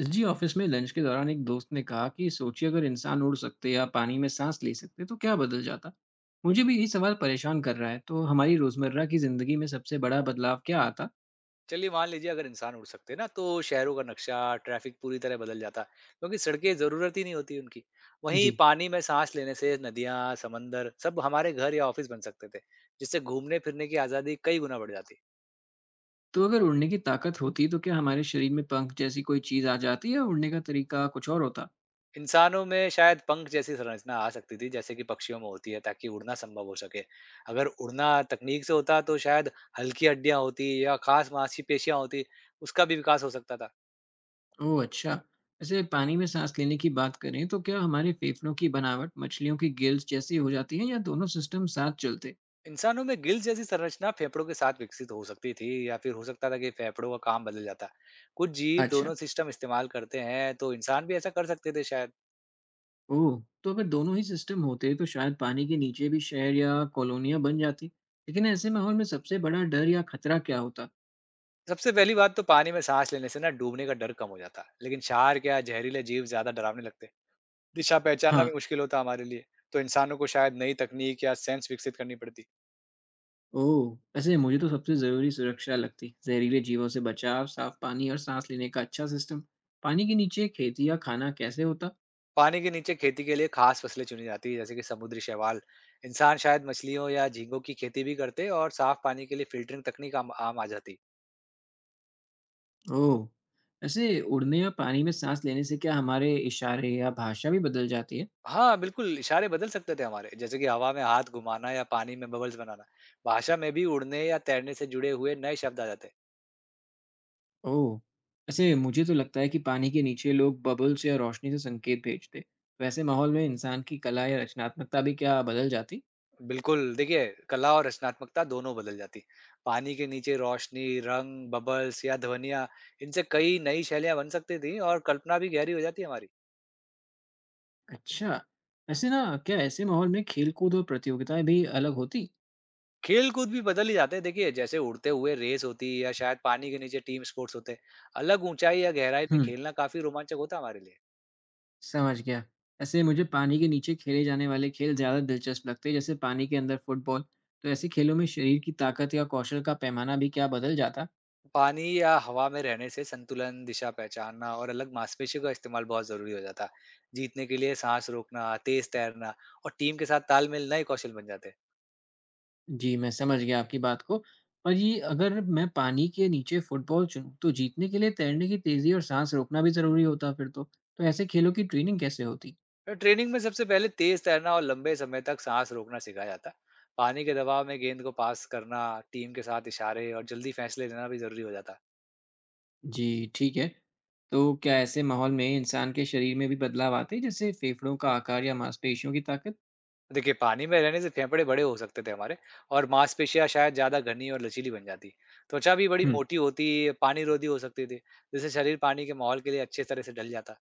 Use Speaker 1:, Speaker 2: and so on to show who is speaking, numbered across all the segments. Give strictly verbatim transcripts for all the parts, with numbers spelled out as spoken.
Speaker 1: जी। Office में lunch के दौरान एक दोस्त ने कहा कि सोचिए, अगर इंसान उड़ सकते या पानी में सांस ले सकते तो क्या बदल जाता। मुझे भी यही सवाल परेशान कर रहा है। तो हमारी रोजमर्रा की जिंदगी में सबसे बड़ा बदलाव क्या आता?
Speaker 2: चलिए मान लीजिए, अगर इंसान उड़ सकते ना तो शहरों का नक्शा, ट्रैफिक पूरी तरह बदल जाता क्योंकि सड़कें जरूरत ही नहीं होती उनकी। वहीं
Speaker 1: जी।
Speaker 2: पानी में सांस लेने से नदियां, समंदर सब हमारे घर या ऑफिस बन सकते थे, जिससे घूमने फिरने की आजादी कई गुना बढ़ जाती।
Speaker 1: तो अगर उड़ने की ताकत होती तो क्या हमारे शरीर में पंख जैसी कोई चीज आ जाती, या उड़ने का तरीका कुछ और होता?
Speaker 2: इंसानों में शायद पंख जैसी संरचना आ सकती थी, जैसे कि पक्षियों में होती है, ताकि उड़ना संभव हो सके। अगर उड़ना तकनीक से होता तो शायद हल्की हड्डियां होती या खास मांसपेशियां होती, उसका भी विकास हो सकता था।
Speaker 1: ओह, अच्छा। वैसे पानी में सांस लेने की बात करें तो क्या हमारे फेफड़ों की बनावट मछलियों की गिल्स जैसी हो जाती है, या दोनों सिस्टम साथ चलते?
Speaker 2: इंसानों में गिल्स जैसी संरचना फेफड़ों के साथ विकसित हो सकती थी, या फिर हो सकता था कि फेफड़ों का काम बदल जाता। कुछ जीव
Speaker 1: अच्छा।
Speaker 2: दोनों सिस्टम इस्तेमाल करते हैं, तो इंसान भी ऐसा कर सकते थे शायद।
Speaker 1: ओह! तो अगर दोनों ही सिस्टम होते तो शायद पानी के नीचे भी शहर या कॉलोनियाँ बन जाती। लेकिन ऐसे माहौल में सबसे बड़ा डर या खतरा क्या होता?
Speaker 2: सबसे पहली बात तो पानी में सांस लेने से ना डूबने का डर कम हो जाता, लेकिन शार्क या जहरीले जीव ज्यादा डरावने लगते। दिशा पहचानना
Speaker 1: हाँ।
Speaker 2: भी मुश्किल होता हमारे लिए। तो इंसानों को शायद नई तकनीक या सेंस विकसित करनी पड़ती।
Speaker 1: ओह! वैसे मुझे तो सबसे ज़रूरी सुरक्षा लगती। ज़हरीले जीवों से बचाव, साफ पानी और सांस लेने का अच्छा सिस्टम। पानी के नीचे खेती या खाना कैसे होता?
Speaker 2: पानी के नीचे खेती के लिए खास फसलें चुनी जाती, जैसे कि समुद्री शैवाल। इंसान शायद मछलियों या झींगों की खेती भी करते, और साफ पानी के लिए फिल्टरिंग तकनीक आम आम आ जाती।
Speaker 1: ओह! वैसे उड़ने या पानी में सांस लेने से क्या हमारे इशारे या भाषा भी बदल जाती है?
Speaker 2: हाँ, बिल्कुल, इशारे बदल सकते थे हमारे, जैसे कि हवा में हाथ घुमाना या पानी में बबल्स बनाना। भाषा में भी उड़ने या तैरने से जुड़े हुए नए शब्द आ जाते।
Speaker 1: ओह! वैसे मुझे तो लगता है कि पानी के नीचे लोग बबल्स या रोशनी से संकेत भेजते। वैसे माहौल में इंसान की कला या रचनात्मकता भी क्या बदल जाती?
Speaker 2: बिल्कुल, देखिए कला और रचनात्मकता दोनों बदल जाती। पानी के नीचे रोशनी, रंग, बबल्स या ध्वनियाँ, इनसे कई नई शैलियाँ बन सकती थी और कल्पना भी गहरी हो जाती हमारी।
Speaker 1: अच्छा। वैसे ना, क्या ऐसे माहौल में खेल-कूद और प्रतियोगिताएँ भी अलग होती?
Speaker 2: खेल-कूद भी बदल ही जाते, देखिए जैसे उड़ते हुए रेस होती या शायद पानी के नीचे टीम स्पोर्ट्स होते। अलग ऊँचाई या गहराई पे
Speaker 1: हुँ,
Speaker 2: खेलना काफ़ी रोमांचक होता हमारे लिए।
Speaker 1: समझ गया। ऐसे मुझे पानी के नीचे खेले जाने वाले खेल ज़्यादा दिलचस्प लगते हैं, जैसे पानी के अंदर फुटबॉल। तो ऐसे खेलों में शरीर की ताकत या कौशल का पैमाना भी क्या बदल जाता है?
Speaker 2: पानी या हवा में रहने से संतुलन, दिशा पहचानना और अलग मांसपेशियों का इस्तेमाल बहुत जरूरी हो जाता है। जीतने के लिए सांस रोकना, तेज तैरना और टीम के साथ तालमेल नए कौशल बन जाते हैं।
Speaker 1: जी, मैं समझ गया आपकी बात को। और ये अगर मैं पानी के नीचे फुटबॉल चुनूँ, तो जीतने के लिए तैरने की तेज़ी और साँस रोकना भी ज़रूरी होता फिर तो। तो ऐसे खेलों की ट्रेनिंग कैसे होती?
Speaker 2: और ट्रेनिंग में सबसे पहले तेज तैरना और लंबे समय तक सांस रोकना सिखाया जाता है। पानी के दबाव में गेंद को पास करना, टीम के साथ इशारे और जल्दी फैसले लेना भी जरूरी हो जाता है।
Speaker 1: जी, ठीक है। तो क्या ऐसे माहौल में इंसान के शरीर में भी बदलाव आते हैं, जैसे फेफड़ों का आकार या मांसपेशियों की ताकत?
Speaker 2: देखिए, पानी में रहने से फेफड़े बड़े हो सकते थे हमारे, और मांसपेशियाँ शायद ज़्यादा घनी और लचीली बन जाती। त्वचा भी बड़ी
Speaker 1: हुँ,
Speaker 2: मोटी होती, पानी रोधी हो सकती थी, जिससे शरीर पानी के माहौल के लिए अच्छे तरह से ढल जाता।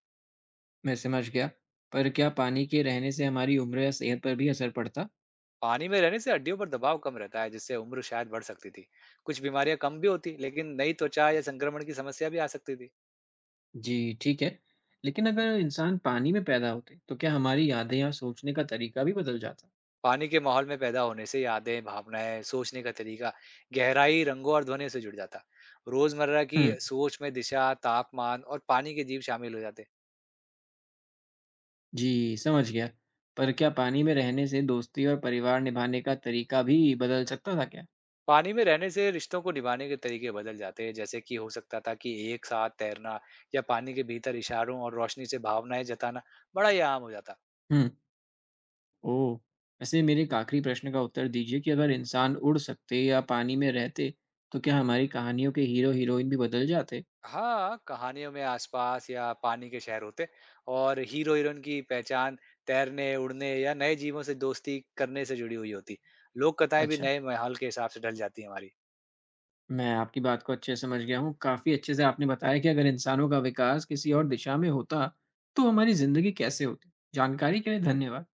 Speaker 1: मैं समझ गया। पर क्या पानी के रहने से हमारी उम्र या सेहत पर भी असर पड़ता?
Speaker 2: पानी में रहने से हड्डियों पर दबाव कम रहता है, जिससे उम्र शायद बढ़ सकती थी। कुछ बीमारियाँ कम भी होती, लेकिन नई त्वचा या संक्रमण की समस्या भी आ सकती थी।
Speaker 1: जी, ठीक है। लेकिन अगर इंसान पानी में पैदा होते, तो क्या हमारी यादें या सोचने का तरीका भी बदल जाता?
Speaker 2: पानी के माहौल में पैदा होने से यादें, भावनाएँ, सोचने का तरीका गहराई, रंगों और ध्वनियों से जुड़ जाता। रोज़मर्रा की
Speaker 1: हुँ।
Speaker 2: सोच में दिशा, तापमान और पानी के जीव शामिल हो जाते।
Speaker 1: जी, समझ गया। पर क्या पानी में रहने से दोस्ती और परिवार निभाने का तरीका भी बदल सकता था क्या?
Speaker 2: पानी में रहने से रिश्तों को निभाने के तरीके बदल जाते हैं, जैसे कि हो सकता था कि एक साथ तैरना या पानी के भीतर इशारों और रोशनी से भावनाएं जताना बड़ा ही आम हो जाता।
Speaker 1: हुँ। ओह! वैसे मेरे एक आखिरी प्रश्न का उत्तर दीजिए कि अगर इंसान उड़ सकते या पानी में रहते, तो क्या हमारी कहानियों के हीरो-हीरोइन भी बदल जाते?
Speaker 2: हाँ, कहानियों में आसपास या पानी के शहर होते, और हीरो हीरोइन की पहचान तैरने, उड़ने या नए जीवों से दोस्ती करने से जुड़ी हुई होती। लोक कथाएं भी
Speaker 1: अच्छा,
Speaker 2: नए माहौल के हिसाब से ढल जाती हैं हमारी।
Speaker 1: मैं आपकी बात को अच्छे से समझ गया हूँ। काफ़ी अच्छे से आपने बताया कि अगर इंसानों का विकास किसी और दिशा में होता, तो हमारी ज़िंदगी कैसे होती। जानकारी के लिए धन्यवाद।